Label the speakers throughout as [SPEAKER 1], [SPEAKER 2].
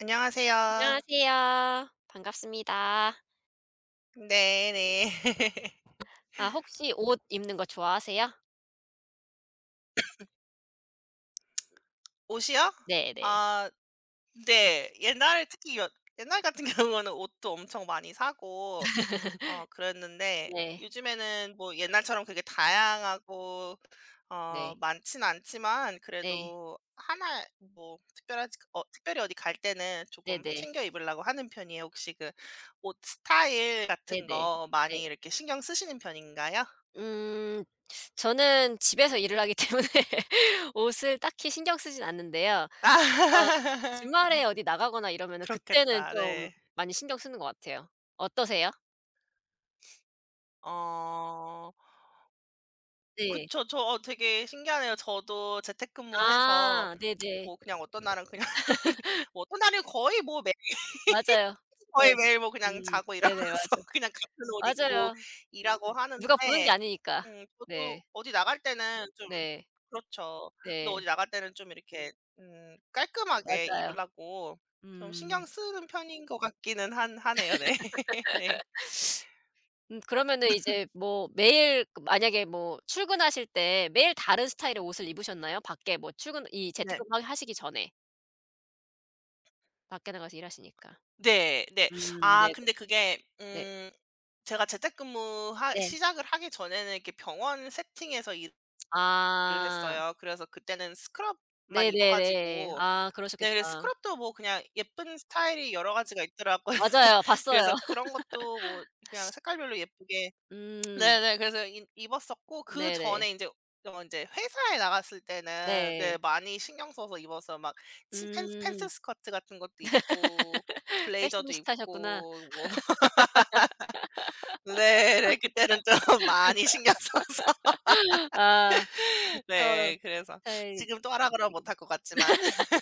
[SPEAKER 1] 안녕하세요.
[SPEAKER 2] 안녕하세요. 반갑습니다.
[SPEAKER 1] 네네.
[SPEAKER 2] 아 혹시 옷 입는 거 좋아하세요?
[SPEAKER 1] 옷이요?
[SPEAKER 2] 네네.
[SPEAKER 1] 아 네. 옛날에 특히 여 옛날 같은 경우는 옷도 엄청 많이 사고 그랬는데
[SPEAKER 2] 네.
[SPEAKER 1] 요즘에는 뭐 옛날처럼 그게 다양하고
[SPEAKER 2] 네.
[SPEAKER 1] 많진 않지만
[SPEAKER 2] 네.
[SPEAKER 1] 그래도 하나 뭐 특별하지 어 특별히 어디 갈 때는 조금
[SPEAKER 2] 네네.
[SPEAKER 1] 챙겨 입으려고 하는 편이에요. 혹시 그 옷 스타일 같은
[SPEAKER 2] 네네.
[SPEAKER 1] 거
[SPEAKER 2] 네.
[SPEAKER 1] 많이 이렇게 신경 쓰시는 편인가요?
[SPEAKER 2] 음 저는 집에서 일을 하기 때문에 옷을 딱히 신경 쓰진 않는데요. 어
[SPEAKER 1] 아.
[SPEAKER 2] 주말에 어디 나가거나 이러면은 그때는
[SPEAKER 1] 그렇겠다.
[SPEAKER 2] 좀
[SPEAKER 1] 네.
[SPEAKER 2] 많이 신경 쓰는 것 같아요. 어떠세요?
[SPEAKER 1] 어.
[SPEAKER 2] 네.
[SPEAKER 1] 그쵸. 저 되게 신기하네요. 저도 재택근무해서
[SPEAKER 2] 아 네네.
[SPEAKER 1] 뭐 그냥 어떤 날은 그냥 뭐 어떤 날은
[SPEAKER 2] 맞아요. 네.
[SPEAKER 1] 거의 매일 뭐 그냥 자고 일어나서
[SPEAKER 2] 네네. 맞아.
[SPEAKER 1] 그냥 같은 옷 입고
[SPEAKER 2] 맞아요.
[SPEAKER 1] 일하고
[SPEAKER 2] 누가 보는 게
[SPEAKER 1] 하는데
[SPEAKER 2] 아니니까.
[SPEAKER 1] 저도
[SPEAKER 2] 네.
[SPEAKER 1] 어디 나갈 때는 좀
[SPEAKER 2] 네.
[SPEAKER 1] 그렇죠. 근
[SPEAKER 2] 네.
[SPEAKER 1] 어디 나갈 때는 좀 이렇게 깔끔하게
[SPEAKER 2] 맞아요.
[SPEAKER 1] 입으려고 좀
[SPEAKER 2] 음.
[SPEAKER 1] 신경 쓰는 편인 것 같기는 한 하네요. 네. 네.
[SPEAKER 2] 그러면은 이제 뭐 매일 그 만약에 뭐 출근하실 때 매일 다른 스타일의 옷을 입으셨나요? 밖에 뭐 출근 이
[SPEAKER 1] 네.
[SPEAKER 2] 재택근무 하 하시기 전에 밖에 나가서 일하시니까.
[SPEAKER 1] 네. 네. 아
[SPEAKER 2] 네네.
[SPEAKER 1] 근데 그게
[SPEAKER 2] 네.
[SPEAKER 1] 제가 재택근무 하
[SPEAKER 2] 네.
[SPEAKER 1] 시작을 하기 전에는 이렇게 병원 세팅에서 일을
[SPEAKER 2] 아.
[SPEAKER 1] 했어요. 그래서 그때는 스크럽만 입어
[SPEAKER 2] 네네네.
[SPEAKER 1] 가지고
[SPEAKER 2] 아
[SPEAKER 1] 네, 그래서
[SPEAKER 2] 그러셨겠다.
[SPEAKER 1] 스크럽도 뭐 그냥 예쁜 스타일이 여러 가지가 있더라고요.
[SPEAKER 2] 맞아요. 봤어요.
[SPEAKER 1] 그래서 그런 것도 뭐 그냥 색깔별로 예쁘게
[SPEAKER 2] 음.
[SPEAKER 1] 네네, 그래서 이 입었었고,
[SPEAKER 2] 네네.
[SPEAKER 1] 그전에 이제어제 회사에 나갔을 때는 네,
[SPEAKER 2] 네.
[SPEAKER 1] 많이 신경 써서 입어서 막 치 팬츠
[SPEAKER 2] 음.
[SPEAKER 1] 팬츠 스커트 같은 것도 입고 블레이저도
[SPEAKER 2] 패셔니스타셨구나.
[SPEAKER 1] 입고 뭐 네네, 그때는 좀 많이 신경 써서
[SPEAKER 2] 아 그쵸.
[SPEAKER 1] 네. 그래서
[SPEAKER 2] 스타일
[SPEAKER 1] 지금 또 하라 그러면 못할
[SPEAKER 2] 다르게.
[SPEAKER 1] 것 같지만.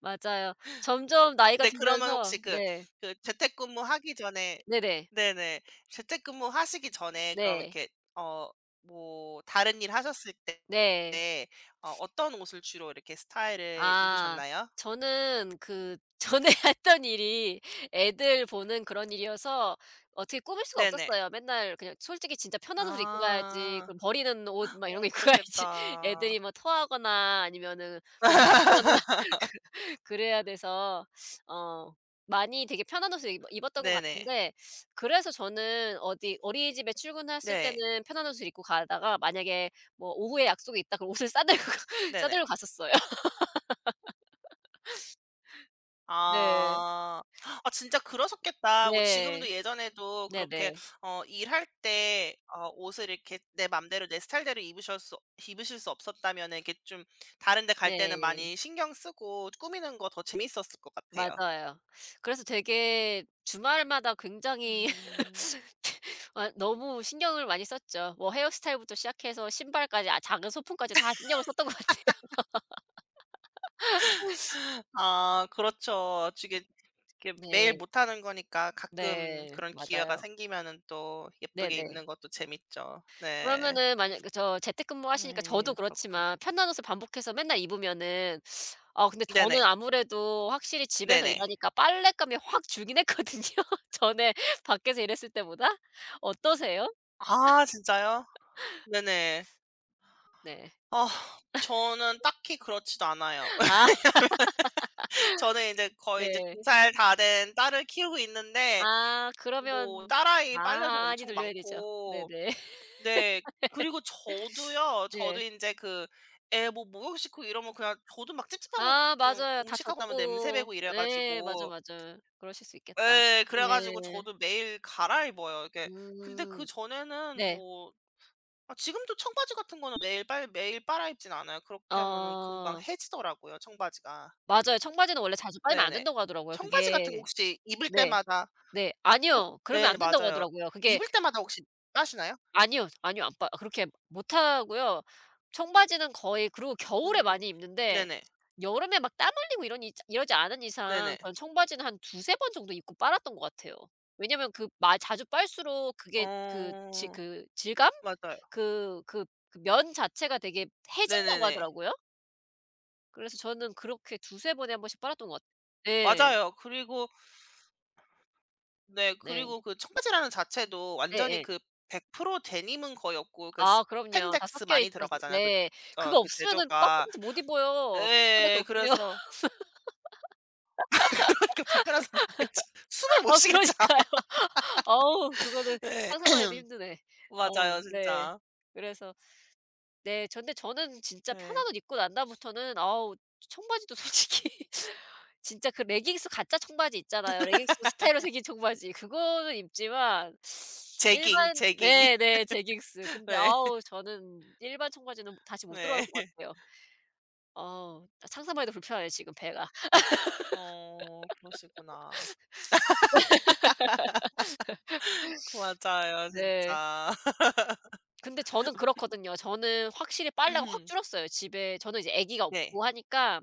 [SPEAKER 2] 맞아요. 점점 나이가
[SPEAKER 1] 네, 그러면
[SPEAKER 2] 들면서
[SPEAKER 1] 혹시 그
[SPEAKER 2] 네.
[SPEAKER 1] 그 재택근무하기 전에
[SPEAKER 2] 네네.
[SPEAKER 1] 네네. 재택근무하시기 전에 그럼
[SPEAKER 2] 네.
[SPEAKER 1] 이렇게 어 뭐 다른 일 하셨을 때
[SPEAKER 2] 네.
[SPEAKER 1] 네, 어떤 옷을 주로 이렇게 스타일을
[SPEAKER 2] 아.
[SPEAKER 1] 입으셨나요?
[SPEAKER 2] 저는 그 전에 했던 일이 애들 보는 그런 일이어서 어떻게 꾸밀 수가
[SPEAKER 1] 네네.
[SPEAKER 2] 없었어요. 맨날 그냥 솔직히 진짜 편한 옷을 입고 가야지,
[SPEAKER 1] 아.
[SPEAKER 2] 그럼 버리는 옷 막 이런 거 입고 가야지.
[SPEAKER 1] 그랬겠다.
[SPEAKER 2] 애들이 뭐 토하거나 아니면은 뭐 묻히거나 그래야 돼서 어 많이 되게 편한 옷을 입 입었던 것
[SPEAKER 1] 네네.
[SPEAKER 2] 같은데. 그래서 저는 어디 어린이집에 출근했을
[SPEAKER 1] 네.
[SPEAKER 2] 때는 편한 옷을 입고 가다가 만약에 뭐 오후에 약속이 있다 그럼 옷을 싸 들고
[SPEAKER 1] 네네.
[SPEAKER 2] 갔었어요. 네.
[SPEAKER 1] 아. 아 진짜 그러셨겠다. 뭐 지금도
[SPEAKER 2] 네.
[SPEAKER 1] 예전에도
[SPEAKER 2] 네네.
[SPEAKER 1] 그렇게
[SPEAKER 2] 네.
[SPEAKER 1] 일할 때 옷을 이렇게 내 맘대로 내 스타일대로 입으실 수 없었다면 이렇게 좀 다른 데 갈 때는
[SPEAKER 2] 네,
[SPEAKER 1] 많이 신경 쓰고 꾸미는 거 더 재밌었을 것 같아요.
[SPEAKER 2] 맞아요. 그래서 되게 주말마다 굉장히
[SPEAKER 1] 음.
[SPEAKER 2] 아 너무 신경을 많이 썼죠. 뭐 헤어스타일부터 시작해서 신발까지 아 작은 소품까지 다 신경을 썼던 것 같아요.
[SPEAKER 1] 아 그렇죠. 이게 이렇게 매일
[SPEAKER 2] 네.
[SPEAKER 1] 못 하는 거니까 가끔
[SPEAKER 2] 네.
[SPEAKER 1] 그런 기회가
[SPEAKER 2] 맞아요.
[SPEAKER 1] 생기면은 또 예쁘게
[SPEAKER 2] 네네.
[SPEAKER 1] 입는 것도 재밌죠. 네.
[SPEAKER 2] 그러면은 만약 그 저 재택근무하시니까 저도
[SPEAKER 1] 네. 그렇군요.
[SPEAKER 2] 그렇지만 편한 옷을 반복해서 맨날 입으면은. 아 근데 저는
[SPEAKER 1] 네네.
[SPEAKER 2] 아무래도 확실히 집에서
[SPEAKER 1] 네네.
[SPEAKER 2] 일하니까 빨랫감이 확 줄긴 했거든요, 전에 밖에서 일했을 때보다. 어떠세요?
[SPEAKER 1] 아 진짜요? 네네.
[SPEAKER 2] 네.
[SPEAKER 1] 아 저는 딱히 그렇지도 않아요.
[SPEAKER 2] 아
[SPEAKER 1] 저는 이제 거의 이제
[SPEAKER 2] 네.
[SPEAKER 1] 2 살 다 된 딸을 키우고 있는데
[SPEAKER 2] 아
[SPEAKER 1] 뭐
[SPEAKER 2] 그러면
[SPEAKER 1] 딸아이 빨래도
[SPEAKER 2] 많이
[SPEAKER 1] 엄청
[SPEAKER 2] 돌려야 되죠.
[SPEAKER 1] 많고
[SPEAKER 2] 네네.
[SPEAKER 1] 네, 그리고 저도요. 저도
[SPEAKER 2] 네.
[SPEAKER 1] 이제 그 애 뭐 목욕 시키고 이러면 그냥 저도 막 찝찝하고
[SPEAKER 2] 아
[SPEAKER 1] 좀
[SPEAKER 2] 맞아요. 다
[SPEAKER 1] 음식하고 나면 냄새
[SPEAKER 2] 젖고
[SPEAKER 1] 배고 이래
[SPEAKER 2] 예 맞아,
[SPEAKER 1] 가지고
[SPEAKER 2] 맞아. 그러실 수 있겠다.
[SPEAKER 1] 예. 그래 가지고
[SPEAKER 2] 네.
[SPEAKER 1] 저도 매일 갈아입어요. 이렇게 근데
[SPEAKER 2] 음.
[SPEAKER 1] 그전에는
[SPEAKER 2] 네.
[SPEAKER 1] 뭐 아, 지금도 청바지 같은 거는 매일 빨아 입진 않아요. 그렇게 하면은 금방
[SPEAKER 2] 어.
[SPEAKER 1] 해지더라고요 청바지가.
[SPEAKER 2] 맞아요. 청바지는 원래 자주 빨면 안
[SPEAKER 1] 네네.
[SPEAKER 2] 된다고 하더라고요.
[SPEAKER 1] 청바지 같은 거
[SPEAKER 2] 그게
[SPEAKER 1] 혹시 입을
[SPEAKER 2] 네.
[SPEAKER 1] 때마다
[SPEAKER 2] 네.
[SPEAKER 1] 어
[SPEAKER 2] 아니요. 그러면 안
[SPEAKER 1] 네,
[SPEAKER 2] 된다고
[SPEAKER 1] 맞아요.
[SPEAKER 2] 하더라고요. 그게.
[SPEAKER 1] 입을 때마다 혹시 빠시나요?
[SPEAKER 2] 아니요, 아니요. 안 빨 그렇게 못 하고요. 청바지는 거의 그리고 겨울에
[SPEAKER 1] 음.
[SPEAKER 2] 많이 입는데
[SPEAKER 1] 네네.
[SPEAKER 2] 여름에 막 땀 흘리고 이런 이자 이러지 않은 이상
[SPEAKER 1] 네네.
[SPEAKER 2] 전 청바지는 한 두세 번 정도 입고 빨았던 것 같아요. 왜냐면 그 마 자주 빨수록 그게 그 지
[SPEAKER 1] 어
[SPEAKER 2] 그 질감?
[SPEAKER 1] 맞아요.
[SPEAKER 2] 그 그 그 면 자체가 되게 해진다고
[SPEAKER 1] 네네네.
[SPEAKER 2] 하더라고요. 그래서 저는 그렇게 두세 번에 한 번씩 빨았던 것 같아요. 네.
[SPEAKER 1] 맞아요. 그리고 네,
[SPEAKER 2] 네.
[SPEAKER 1] 그리고 그 청바지라는 자체도 완전히
[SPEAKER 2] 예예.
[SPEAKER 1] 그 100% 데님은 거의 없고 그
[SPEAKER 2] 아 그럼요. 다
[SPEAKER 1] 스판덱스
[SPEAKER 2] 섞여
[SPEAKER 1] 많이
[SPEAKER 2] 있어서.
[SPEAKER 1] 들어가잖아요
[SPEAKER 2] 네. 그거
[SPEAKER 1] 그
[SPEAKER 2] 없으면은 빡꾸
[SPEAKER 1] 제조가.
[SPEAKER 2] 내서 못 입어요. 바닥에
[SPEAKER 1] 네. 예,
[SPEAKER 2] 없으면.
[SPEAKER 1] 그래서 그러니까 불편한 상황이었죠. 숨을 못
[SPEAKER 2] 아
[SPEAKER 1] 쉬겠죠 아마.
[SPEAKER 2] 그러니까요. 어우 그거는
[SPEAKER 1] 네.
[SPEAKER 2] 상상만 해도 힘드네. 어
[SPEAKER 1] 맞아요
[SPEAKER 2] 네.
[SPEAKER 1] 진짜.
[SPEAKER 2] 그래서 네 저 근데 저는 진짜
[SPEAKER 1] 네.
[SPEAKER 2] 편한 옷 입고 난 다음부터는 아우 청바지도 솔직히 진짜 그 레깅스 가짜 청바지 있잖아요. 레깅스 스타일로 생긴 청바지. 그거는 입지만
[SPEAKER 1] 재깅,
[SPEAKER 2] 일반
[SPEAKER 1] 재깅.
[SPEAKER 2] 네네. 제깅스. 근데
[SPEAKER 1] 네.
[SPEAKER 2] 아우 저는 일반 청바지는 다시 못 들어갈
[SPEAKER 1] 네.
[SPEAKER 2] 것 같아요. 어. 상상만 해도 불편해요 지금 배가.
[SPEAKER 1] 그러시구나. 맞아요
[SPEAKER 2] 네.
[SPEAKER 1] 진짜.
[SPEAKER 2] 근데 저는 그렇거든요. 저는 확실히 빨래가 확 줄었어요. 집에 저는 이제 아기가
[SPEAKER 1] 네.
[SPEAKER 2] 없고 하니까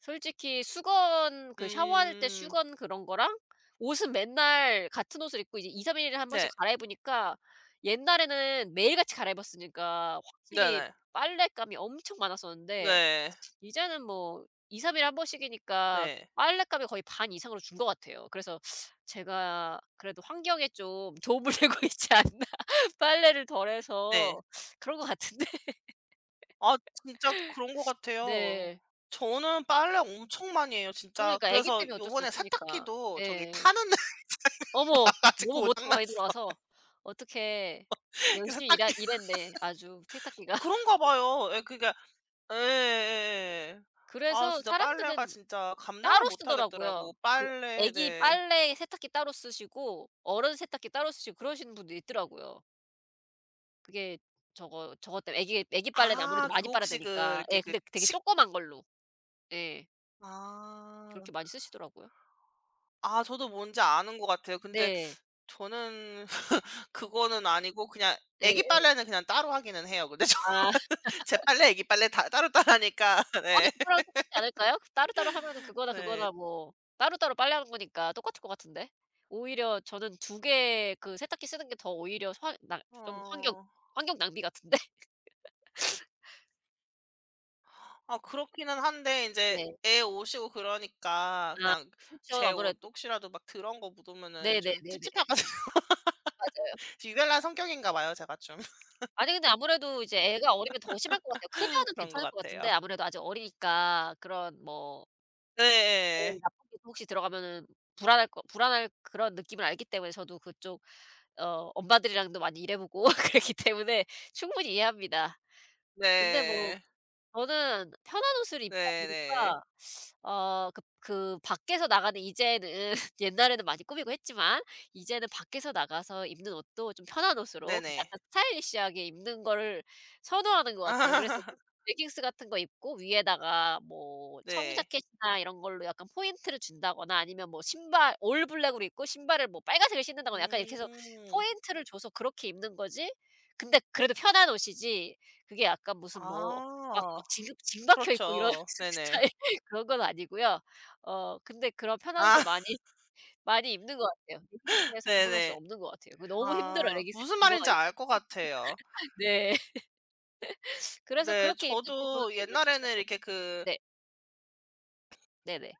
[SPEAKER 2] 솔직히 수건 그 샤워할 때
[SPEAKER 1] 음.
[SPEAKER 2] 수건 그런 거랑 옷은 맨날 같은 옷을 입고 이제 이삼 일에 한 번씩
[SPEAKER 1] 네.
[SPEAKER 2] 갈아입으니까 옛날에는 매일같이 갈아입었으니까 확실히
[SPEAKER 1] 네네.
[SPEAKER 2] 빨랫감이 엄청 많았었는데
[SPEAKER 1] 네.
[SPEAKER 2] 이제는 뭐 2-3 일에 한 번씩이니까
[SPEAKER 1] 네.
[SPEAKER 2] 빨래값이 거의 반 이상으로 준 것 같아요. 그래서 제가 그래도 환경에 좀 도움을 되고 있지 않나. 빨래를 덜
[SPEAKER 1] 네.
[SPEAKER 2] 해서 그런 것 같은데.
[SPEAKER 1] 아 진짜 그런 것 같아요.
[SPEAKER 2] 네.
[SPEAKER 1] 저는 빨래 엄청 많이 해요 진짜.
[SPEAKER 2] 그러니까 아기
[SPEAKER 1] 그래서
[SPEAKER 2] 때문에 어쩔 수
[SPEAKER 1] 요번에
[SPEAKER 2] 없으니까.
[SPEAKER 1] 세탁기도 저기
[SPEAKER 2] 예.
[SPEAKER 1] 타는 데 가
[SPEAKER 2] 어머. 너무
[SPEAKER 1] 가지고 고장
[SPEAKER 2] 모터가
[SPEAKER 1] 난
[SPEAKER 2] 많이 돌아와서 어떻게
[SPEAKER 1] 그래서
[SPEAKER 2] 열심히
[SPEAKER 1] 딱
[SPEAKER 2] 일하 일했네 아주 세탁기가.
[SPEAKER 1] 그런가 봐요. 예 그러니까 예 예, 예. 아
[SPEAKER 2] 그래서
[SPEAKER 1] 진짜 빨래가
[SPEAKER 2] 사람들은
[SPEAKER 1] 진짜
[SPEAKER 2] 따로
[SPEAKER 1] 감당을 못
[SPEAKER 2] 쓰더라고요.
[SPEAKER 1] 하겠더라고.
[SPEAKER 2] 그
[SPEAKER 1] 빨래
[SPEAKER 2] 아기
[SPEAKER 1] 네.
[SPEAKER 2] 빨래 세탁기 따로 쓰시고 어른 세탁기 따로 쓰시고 그러시는 분도 있더라고요. 그게 저거 저것 때문에 애기 빨래는 아무래도
[SPEAKER 1] 아
[SPEAKER 2] 많이
[SPEAKER 1] 그거
[SPEAKER 2] 빨아야
[SPEAKER 1] 혹시 그
[SPEAKER 2] 되니까.
[SPEAKER 1] 이렇게
[SPEAKER 2] 예
[SPEAKER 1] 그
[SPEAKER 2] 근데 되게
[SPEAKER 1] 식
[SPEAKER 2] 조그만 걸로. 예.
[SPEAKER 1] 아.
[SPEAKER 2] 그렇게 많이 쓰시더라고요.
[SPEAKER 1] 아 저도 뭔지 아는 것 같아요. 근데
[SPEAKER 2] 네.
[SPEAKER 1] 저는 그거는 아니고 그냥
[SPEAKER 2] 예.
[SPEAKER 1] 애기 빨래는 그냥 따로 하기는 해요. 근데 저
[SPEAKER 2] 아.
[SPEAKER 1] 제 빨래, 애기 빨래 다 따로따로 하니까.
[SPEAKER 2] 아니
[SPEAKER 1] 네.
[SPEAKER 2] 그거랑 똑같지 않을까요? 따로따로 하면은 그거나
[SPEAKER 1] 네.
[SPEAKER 2] 그거나 뭐 따로따로 빨래하는 거니까 똑같을 것 같은데. 오히려 저는 두 개 그 세탁기 쓰는 게 더 오히려 화 낭 좀 환경
[SPEAKER 1] 어.
[SPEAKER 2] 환경 낭비 같은데.
[SPEAKER 1] 아 그렇기는 한데 이제
[SPEAKER 2] 네.
[SPEAKER 1] 애 오시고 그러니까
[SPEAKER 2] 아
[SPEAKER 1] 그냥
[SPEAKER 2] 그렇죠.
[SPEAKER 1] 제 옷
[SPEAKER 2] 아무래도.
[SPEAKER 1] 혹시라도 막 더러운 거 묻으면은 좀
[SPEAKER 2] 네네네네.
[SPEAKER 1] 찝찝해 가지고
[SPEAKER 2] 맞아요.
[SPEAKER 1] 유별난 성격인가 봐요 제가 좀.
[SPEAKER 2] 아니 근데 아무래도 이제 애가 어리면 더 심할 것 같아요. 크면은
[SPEAKER 1] 그런 것
[SPEAKER 2] 괜찮을 것 같은데
[SPEAKER 1] 같아요.
[SPEAKER 2] 아무래도 아직 어리니까 그런 뭐 네.
[SPEAKER 1] 네.
[SPEAKER 2] 나쁜 기술 혹시 들어가면은 불안할 그런 느낌을 알기 때문에 저도 그쪽 어 엄마들이랑도 많이 일해 보고 그랬기 때문에 충분히 이해합니다. 근데 뭐
[SPEAKER 1] 네.
[SPEAKER 2] 저는 편한 옷을 입다
[SPEAKER 1] 네 네.
[SPEAKER 2] 보니까 어 그 밖에서 나가는 이제는 옛날에는 많이 꾸미고 했지만 이제는 밖에서 나가서 입는 옷도 좀 편한 옷으로
[SPEAKER 1] 네네.
[SPEAKER 2] 약간 스타일리시하게 입는 거를 선호하는 것 같아요. 그래서 레깅스 같은 거 입고 위에다가 뭐
[SPEAKER 1] 네.
[SPEAKER 2] 청자켓이나 이런 걸로 약간 포인트를 준다거나 아니면 뭐 신발 올 블랙으로 입고 신발을 뭐 빨간색을 신는다거나 약간 이렇게 해서
[SPEAKER 1] 음.
[SPEAKER 2] 포인트를 줘서 그렇게 입는 거지. 근데 그래도 편한 옷이지 그게 약간 무슨 뭐 막
[SPEAKER 1] 아.
[SPEAKER 2] 징 박혀 있고 이런
[SPEAKER 1] 그렇죠. 네네.
[SPEAKER 2] 스타일 그런 건 아니고요. 어 근데 그런 편한 옷을
[SPEAKER 1] 아
[SPEAKER 2] 많이 입는 것 같아요. 레깅스에서 벗어날 수
[SPEAKER 1] 네네.
[SPEAKER 2] 없는 것 같아요. 그 너무 힘들어요,
[SPEAKER 1] 아
[SPEAKER 2] 레깅스에서
[SPEAKER 1] 무슨 말인지
[SPEAKER 2] 벗어나기가.
[SPEAKER 1] 알 것 같아요.
[SPEAKER 2] 네. 그래서
[SPEAKER 1] 네.
[SPEAKER 2] 그렇게 입는 게 저는
[SPEAKER 1] 저도
[SPEAKER 2] 되게
[SPEAKER 1] 옛날에는
[SPEAKER 2] 만족스럽거든요.
[SPEAKER 1] 이렇게 그
[SPEAKER 2] 네. 네네.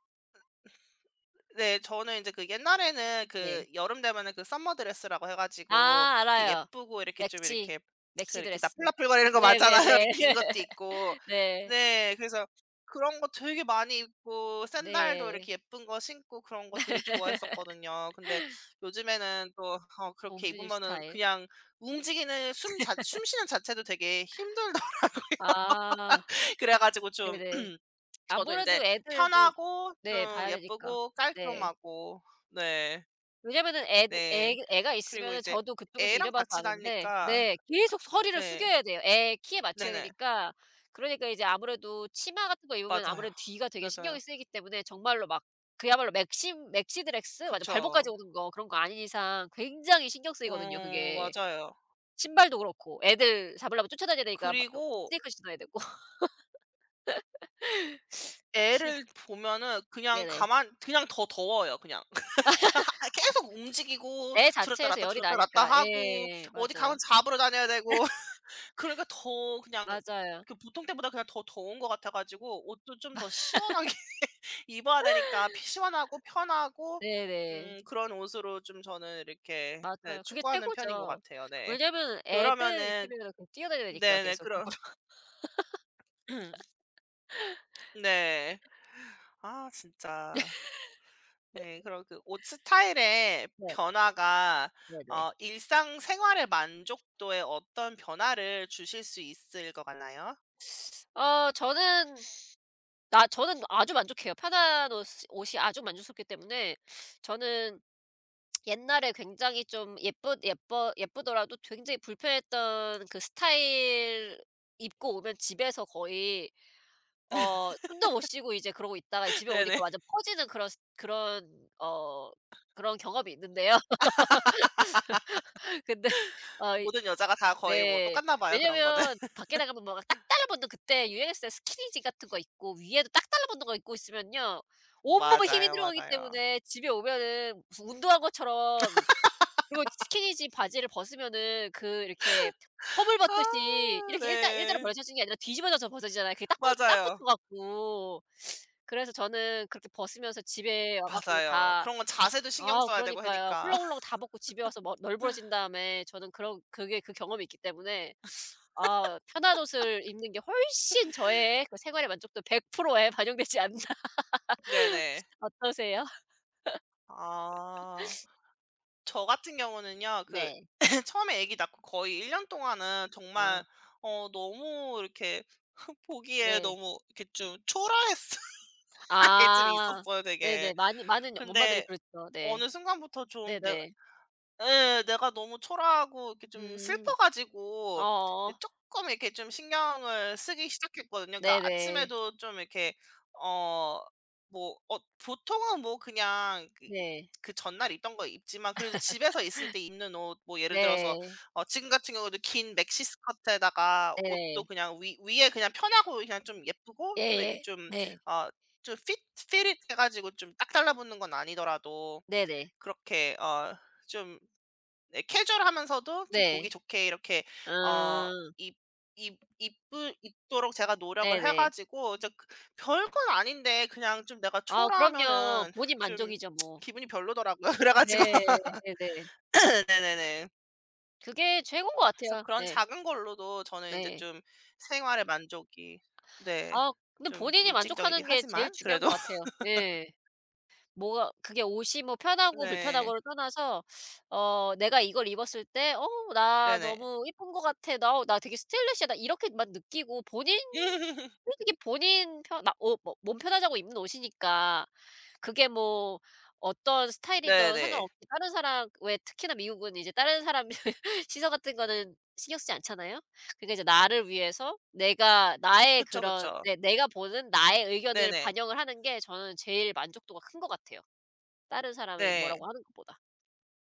[SPEAKER 1] 네. 저는 이제 그 옛날에는
[SPEAKER 2] 네.
[SPEAKER 1] 그 여름 되면은 그 섬머 드레스라고 해 가지고
[SPEAKER 2] 아
[SPEAKER 1] 이렇게
[SPEAKER 2] 알아요.
[SPEAKER 1] 예쁘고 이렇게 좀
[SPEAKER 2] 맥시,
[SPEAKER 1] 이렇게 그
[SPEAKER 2] 맥시
[SPEAKER 1] 이렇게
[SPEAKER 2] 드레스.
[SPEAKER 1] 나풀나풀거리는 거 많잖아요.
[SPEAKER 2] 네네네.
[SPEAKER 1] 이렇게 긴 것도 있고.
[SPEAKER 2] 네.
[SPEAKER 1] 네. 그래서 그런 거 되게 많이 입고 샌들도
[SPEAKER 2] 네.
[SPEAKER 1] 이렇게 예쁜 거 신고 그런 거 되게 좋아했었거든요. 근데 요즘에는 또 그렇게
[SPEAKER 2] 봉준님
[SPEAKER 1] 입으면은
[SPEAKER 2] 스타일.
[SPEAKER 1] 그냥 움직이는 숨 쉬는 자체도 되게 힘들다
[SPEAKER 2] 아
[SPEAKER 1] 그래 가지고 좀
[SPEAKER 2] 네네.
[SPEAKER 1] 저도 이제
[SPEAKER 2] 아무래도 애들도
[SPEAKER 1] 편하고
[SPEAKER 2] 네
[SPEAKER 1] 좀
[SPEAKER 2] 봐야 되니까.
[SPEAKER 1] 예쁘고
[SPEAKER 2] 네.
[SPEAKER 1] 깔끔하고 네.
[SPEAKER 2] 왜냐면은 애드 애
[SPEAKER 1] 네.
[SPEAKER 2] 애가
[SPEAKER 1] 그리고
[SPEAKER 2] 있으면은
[SPEAKER 1] 이제
[SPEAKER 2] 저도 그쪽에서
[SPEAKER 1] 애랑
[SPEAKER 2] 일해봐서
[SPEAKER 1] 같이
[SPEAKER 2] 아는데
[SPEAKER 1] 다니니까
[SPEAKER 2] 네 계속 허리를
[SPEAKER 1] 네.
[SPEAKER 2] 숙여야 돼요. 애 키에 맞춰야
[SPEAKER 1] 네네.
[SPEAKER 2] 되니까. 그러니까 이제 아무래도 치마 같은 거 입으면
[SPEAKER 1] 맞아요.
[SPEAKER 2] 아무래도 뒤가 되게 신경이
[SPEAKER 1] 맞아요.
[SPEAKER 2] 쓰이기 때문에 정말로 막 그야말로 맥심 맥시드렉스 맞아 발목까지
[SPEAKER 1] 그쵸.
[SPEAKER 2] 오는 거 그런 거 아닌 이상 굉장히 신경 쓰이거든요 그게.
[SPEAKER 1] 맞아요.
[SPEAKER 2] 신발도 그렇고 애들 잡으려면 쫓아다녀야 되니까 막 어
[SPEAKER 1] 그리고
[SPEAKER 2] 스니커 신어야 되고.
[SPEAKER 1] 애를 보면은
[SPEAKER 2] 예
[SPEAKER 1] 그냥
[SPEAKER 2] 네네.
[SPEAKER 1] 가만 그냥 더 더워요 그냥. 하 아 계속 움직이고
[SPEAKER 2] 애
[SPEAKER 1] 들었다
[SPEAKER 2] 자체에서
[SPEAKER 1] 놨다
[SPEAKER 2] 열이
[SPEAKER 1] 들었다 놨다
[SPEAKER 2] 나니까.
[SPEAKER 1] 하고
[SPEAKER 2] 예
[SPEAKER 1] 어디 가면
[SPEAKER 2] 맞아요.
[SPEAKER 1] 잡으러 다녀야 되고 그러니까 더 그냥
[SPEAKER 2] 맞아요.
[SPEAKER 1] 그 보통 때보다 그냥 더 더운 것 같아 가지고 옷도 좀 더 시원하게 입어야 되니까 피 시원하고 편하고
[SPEAKER 2] 네네.
[SPEAKER 1] 그런 옷으로 좀 저는 이렇게 네
[SPEAKER 2] 맞아요. 그게
[SPEAKER 1] 추구하는 편인 것
[SPEAKER 2] 최고죠.
[SPEAKER 1] 같아요. 네.
[SPEAKER 2] 왜냐면 애들
[SPEAKER 1] 그러면은
[SPEAKER 2] 있으면은 그냥 뛰어다니니까
[SPEAKER 1] 네네.
[SPEAKER 2] 계속
[SPEAKER 1] 그런
[SPEAKER 2] 더불어
[SPEAKER 1] 네. 아 진짜 네 그런 그 옷 스타일의
[SPEAKER 2] 네.
[SPEAKER 1] 변화가
[SPEAKER 2] 네네.
[SPEAKER 1] 일상 생활의 만족도에 어떤 변화를 주실 수 있을 것 같나요?
[SPEAKER 2] 어 저는 나 저는 아주 만족해요. 편한 옷이 아주 만족스럽기 때문에 저는 옛날에 굉장히 좀 예쁘더라도 굉장히 불편했던 그 스타일 입고 오면 집에서 거의 어 숨도 못 쉬고 이제 그러고 있다가 집에
[SPEAKER 1] 네네.
[SPEAKER 2] 오니까 완전 퍼지는 그런 어 그런 경험이 있는데요. 근데 어
[SPEAKER 1] 모든 여자가 다 거의 뭐
[SPEAKER 2] 네.
[SPEAKER 1] 똑같나 봐요, 그런 거는.
[SPEAKER 2] 왜냐면 밖에 나가면 뭐가 딱 달라붙는 그때 유행했어요. 스키니지 같은 거 입고 위에도 딱 달라붙는 거 입고 있으면요. 온몸에 힘이
[SPEAKER 1] 맞아요,
[SPEAKER 2] 들어가기
[SPEAKER 1] 맞아요.
[SPEAKER 2] 때문에 집에 오면은 무슨 운동한 것처럼. 그리고 스키니지 바지를 벗으면은 그 이렇게 허물 벗듯이
[SPEAKER 1] 아
[SPEAKER 2] 이렇게 일자 일자로
[SPEAKER 1] 네.
[SPEAKER 2] 벌어지는 게 아니라 뒤집어져서 벗어지잖아요. 그게 딱 붙어
[SPEAKER 1] 맞아요.
[SPEAKER 2] 갖고. 그래서 저는 그렇게 벗으면서 집에 와 갖고
[SPEAKER 1] 맞아요.
[SPEAKER 2] 다
[SPEAKER 1] 그런 건 자세도 신경
[SPEAKER 2] 아
[SPEAKER 1] 써야 되고
[SPEAKER 2] 그러니까요.
[SPEAKER 1] 하니까.
[SPEAKER 2] 훌렁훌렁 다 벗고 집에 와서 머 널브러진 다음에 저는 그런 그게 그 경험이 있기 때문에 아 편한 옷을 입는 게 훨씬 저의 그 생활의 만족도 100%에 반영되지 않나
[SPEAKER 1] 네네.
[SPEAKER 2] 어떠세요?
[SPEAKER 1] 아. 저 같은 경우는요. 그
[SPEAKER 2] 네.
[SPEAKER 1] 처음에 아기 낳고 거의 1년 동안은 정말
[SPEAKER 2] 어
[SPEAKER 1] 너무 이렇게 보기에
[SPEAKER 2] 네.
[SPEAKER 1] 너무 이렇게 좀 초라했을때게좀
[SPEAKER 2] 아
[SPEAKER 1] 있었어요 되게.
[SPEAKER 2] 네네. 많이 많은 엄마들이
[SPEAKER 1] 근데
[SPEAKER 2] 그렇죠. 네.
[SPEAKER 1] 어느 순간부터 좀
[SPEAKER 2] 네네.
[SPEAKER 1] 예. 내가 너무 초라하고 이렇게 좀
[SPEAKER 2] 음.
[SPEAKER 1] 슬퍼 가지고
[SPEAKER 2] 어어.
[SPEAKER 1] 이제 조금 이렇게 좀 신경을 쓰기 시작했거든요. 그러니까
[SPEAKER 2] 네네.
[SPEAKER 1] 아침에도 좀 이렇게 어 뭐 보통은 뭐 그냥 그 이
[SPEAKER 2] 네.
[SPEAKER 1] 그 전날 입던 거 입지만 그래도 집에서 있을 때 입는 옷 뭐 예를 들어서
[SPEAKER 2] 네.
[SPEAKER 1] 지금 같은 경우도 긴 맥시 스커트에다가
[SPEAKER 2] 네네.
[SPEAKER 1] 옷도 그냥 위 위에 그냥 편하고 그냥 좀 예쁘고 좀 이렇게
[SPEAKER 2] 예예.
[SPEAKER 1] 좀
[SPEAKER 2] 네.
[SPEAKER 1] 어 좀 fit 해 가지고 좀 딱 달라붙는 건 아니더라도
[SPEAKER 2] 네네.
[SPEAKER 1] 그렇게 어좀 네 캐주얼하면서도 좀 보기
[SPEAKER 2] 네.
[SPEAKER 1] 좋게 이렇게 어
[SPEAKER 2] 아
[SPEAKER 1] 입 입 입을 입도록 제가 노력을 해
[SPEAKER 2] 네네.
[SPEAKER 1] 가지고 이제 그 별건 아닌데 그냥 좀 내가
[SPEAKER 2] 아 그럼요.
[SPEAKER 1] 초라하면은
[SPEAKER 2] 본인
[SPEAKER 1] 좀
[SPEAKER 2] 만족이죠 뭐.
[SPEAKER 1] 기분이 별로더라고요. 그래 가지고
[SPEAKER 2] 네. 네네.
[SPEAKER 1] 네네네.
[SPEAKER 2] 그게 최고인 것
[SPEAKER 1] 그래서
[SPEAKER 2] 같아요.
[SPEAKER 1] 그런
[SPEAKER 2] 네.
[SPEAKER 1] 작은 걸로도 저는 이제
[SPEAKER 2] 네.
[SPEAKER 1] 좀 생활의 만족이 네
[SPEAKER 2] 아 근데
[SPEAKER 1] 좀
[SPEAKER 2] 본인이
[SPEAKER 1] 물질적이긴
[SPEAKER 2] 만족하는 게 제일
[SPEAKER 1] 하지만
[SPEAKER 2] 중요한 것
[SPEAKER 1] 그래도
[SPEAKER 2] 같아요. 예. 뭐가 그게 옷이 뭐 편하고
[SPEAKER 1] 네.
[SPEAKER 2] 불편하고를 떠나서 어 '내가 이걸 입었을 때 어 나
[SPEAKER 1] 네네.
[SPEAKER 2] 너무 예쁜 것 같아. 나 어 나 되게 스타일리시하다.' 이렇게만 느끼고 본인 솔직히 본인 편 나 어 뭐 몸 편하자고 입는 옷이니까 그게 뭐 어떤 스타일이든
[SPEAKER 1] 네네.
[SPEAKER 2] 상관없이 다른 사람 왜 특히나 미국은 이제 다른 사람 시선 같은 거는 신경 쓰지 않잖아요. 그러니까 이제 나를 위해서 내가 나의
[SPEAKER 1] 그쵸,
[SPEAKER 2] 그런
[SPEAKER 1] 그쵸.
[SPEAKER 2] 내 내가 보는 나의 의견을
[SPEAKER 1] 네네.
[SPEAKER 2] 반영을 하는 게 저는 제일 만족도가 큰 것 같아요, 다른 사람이
[SPEAKER 1] 네.
[SPEAKER 2] 뭐라고 하는 것보다.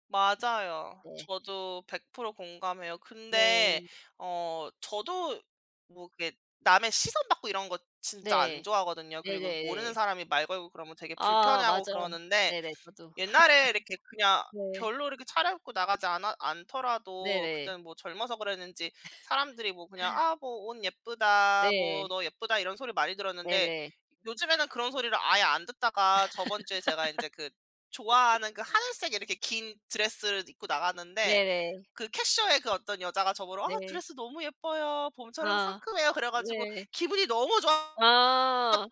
[SPEAKER 1] 맞아요.
[SPEAKER 2] 네.
[SPEAKER 1] 저도 100% 공감해요. 근데
[SPEAKER 2] 네.
[SPEAKER 1] 저도 뭐 그게 남의 시선 받고 이런 거 진짜 안
[SPEAKER 2] 네.
[SPEAKER 1] 좋아하거든요. 그리고 모르는
[SPEAKER 2] 네네네.
[SPEAKER 1] 사람이 말 걸고 그러면 되게
[SPEAKER 2] 아
[SPEAKER 1] 불편해하고
[SPEAKER 2] 맞아요.
[SPEAKER 1] 그러는데
[SPEAKER 2] 네네. 저도.
[SPEAKER 1] 옛날에 이렇게 그냥
[SPEAKER 2] 네.
[SPEAKER 1] 별로 이렇게 차려입고 나가지 않아 않더라도
[SPEAKER 2] 네네.
[SPEAKER 1] 그때는 뭐 젊어서 그랬는지 사람들이 뭐 그냥 "아 뭐 옷 예쁘다." 뭐
[SPEAKER 2] 네.
[SPEAKER 1] "너 예쁘다." 이런 소리 많이 들었는데
[SPEAKER 2] 네네.
[SPEAKER 1] 요즘에는 그런 소리를 아예 안 듣다가 저번 주에 제가 이제 그 좋아하는 그 하늘색 이렇게 긴 드레스를 입고 나갔는데
[SPEAKER 2] 네네.
[SPEAKER 1] 그 캐셔의 그 어떤 여자가 저보러 "아
[SPEAKER 2] 네.
[SPEAKER 1] 드레스 너무 예뻐요. 봄처럼
[SPEAKER 2] 아
[SPEAKER 1] 상큼해요." 그래 가지고
[SPEAKER 2] 네.
[SPEAKER 1] 기분이 너무 좋았던
[SPEAKER 2] 아.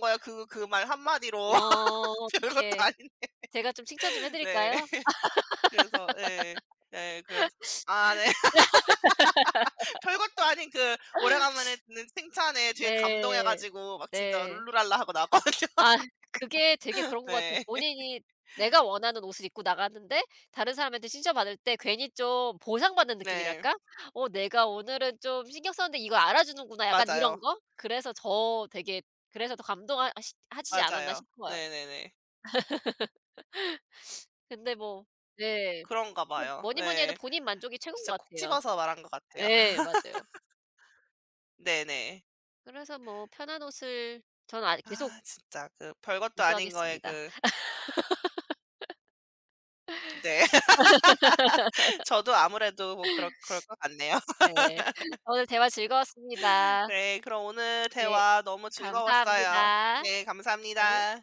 [SPEAKER 1] 거예요. 그 말 한마디로.
[SPEAKER 2] 어
[SPEAKER 1] 별것도
[SPEAKER 2] 어떡해.
[SPEAKER 1] 아닌
[SPEAKER 2] 제가 좀 칭찬 좀 해
[SPEAKER 1] 데
[SPEAKER 2] 드릴까요?
[SPEAKER 1] 그래서 예. 예 그래서 아 네. 별것도 아닌 그 오래간만에 듣는 칭찬에 되게 감동해
[SPEAKER 2] 네.
[SPEAKER 1] 가지고 막 진짜
[SPEAKER 2] 네.
[SPEAKER 1] 룰루랄라 하고 나왔거든요.
[SPEAKER 2] 아 그게 되게 그런 것 같아요.
[SPEAKER 1] 네.
[SPEAKER 2] 본인이 내가 원하는 옷을 입고 나갔는데 다른 사람한테 칭찬받을 때 괜히 좀 보상받는
[SPEAKER 1] 네.
[SPEAKER 2] 느낌이랄까? '어 내가 오늘은 좀 신경 썼는데 이걸 알아주는구나.' 약간 이런
[SPEAKER 1] 맞아요.
[SPEAKER 2] 거? 그래서 저 되게 그래서 더 감동하 시 하시지 않았나
[SPEAKER 1] 맞아요.
[SPEAKER 2] 싶어요.
[SPEAKER 1] 네네네.
[SPEAKER 2] 근데 뭐 네.
[SPEAKER 1] 그런가
[SPEAKER 2] 그
[SPEAKER 1] 봐요.
[SPEAKER 2] 뭐니 뭐니 해도
[SPEAKER 1] 네.
[SPEAKER 2] 본인 만족이 최고인
[SPEAKER 1] 진짜
[SPEAKER 2] 것
[SPEAKER 1] 콕
[SPEAKER 2] 같아요.
[SPEAKER 1] 집어서 말한 것 같아요.
[SPEAKER 2] 예 맞아요.
[SPEAKER 1] 네네.
[SPEAKER 2] 그래서 뭐 편한 옷을 저는 아 계속
[SPEAKER 1] 아 진짜 그 별것도 아닌 거에
[SPEAKER 2] 고수하겠습니다.
[SPEAKER 1] 그 네. 저도 아무래도 뭐 그럴 것 같네요.
[SPEAKER 2] 네. 오늘 대화 즐거웠습니다.
[SPEAKER 1] 네. 그럼 오늘
[SPEAKER 2] 네
[SPEAKER 1] 대화 너무 즐거웠어요.
[SPEAKER 2] 감사합니다.
[SPEAKER 1] 네.
[SPEAKER 2] 네.
[SPEAKER 1] 감사합니다.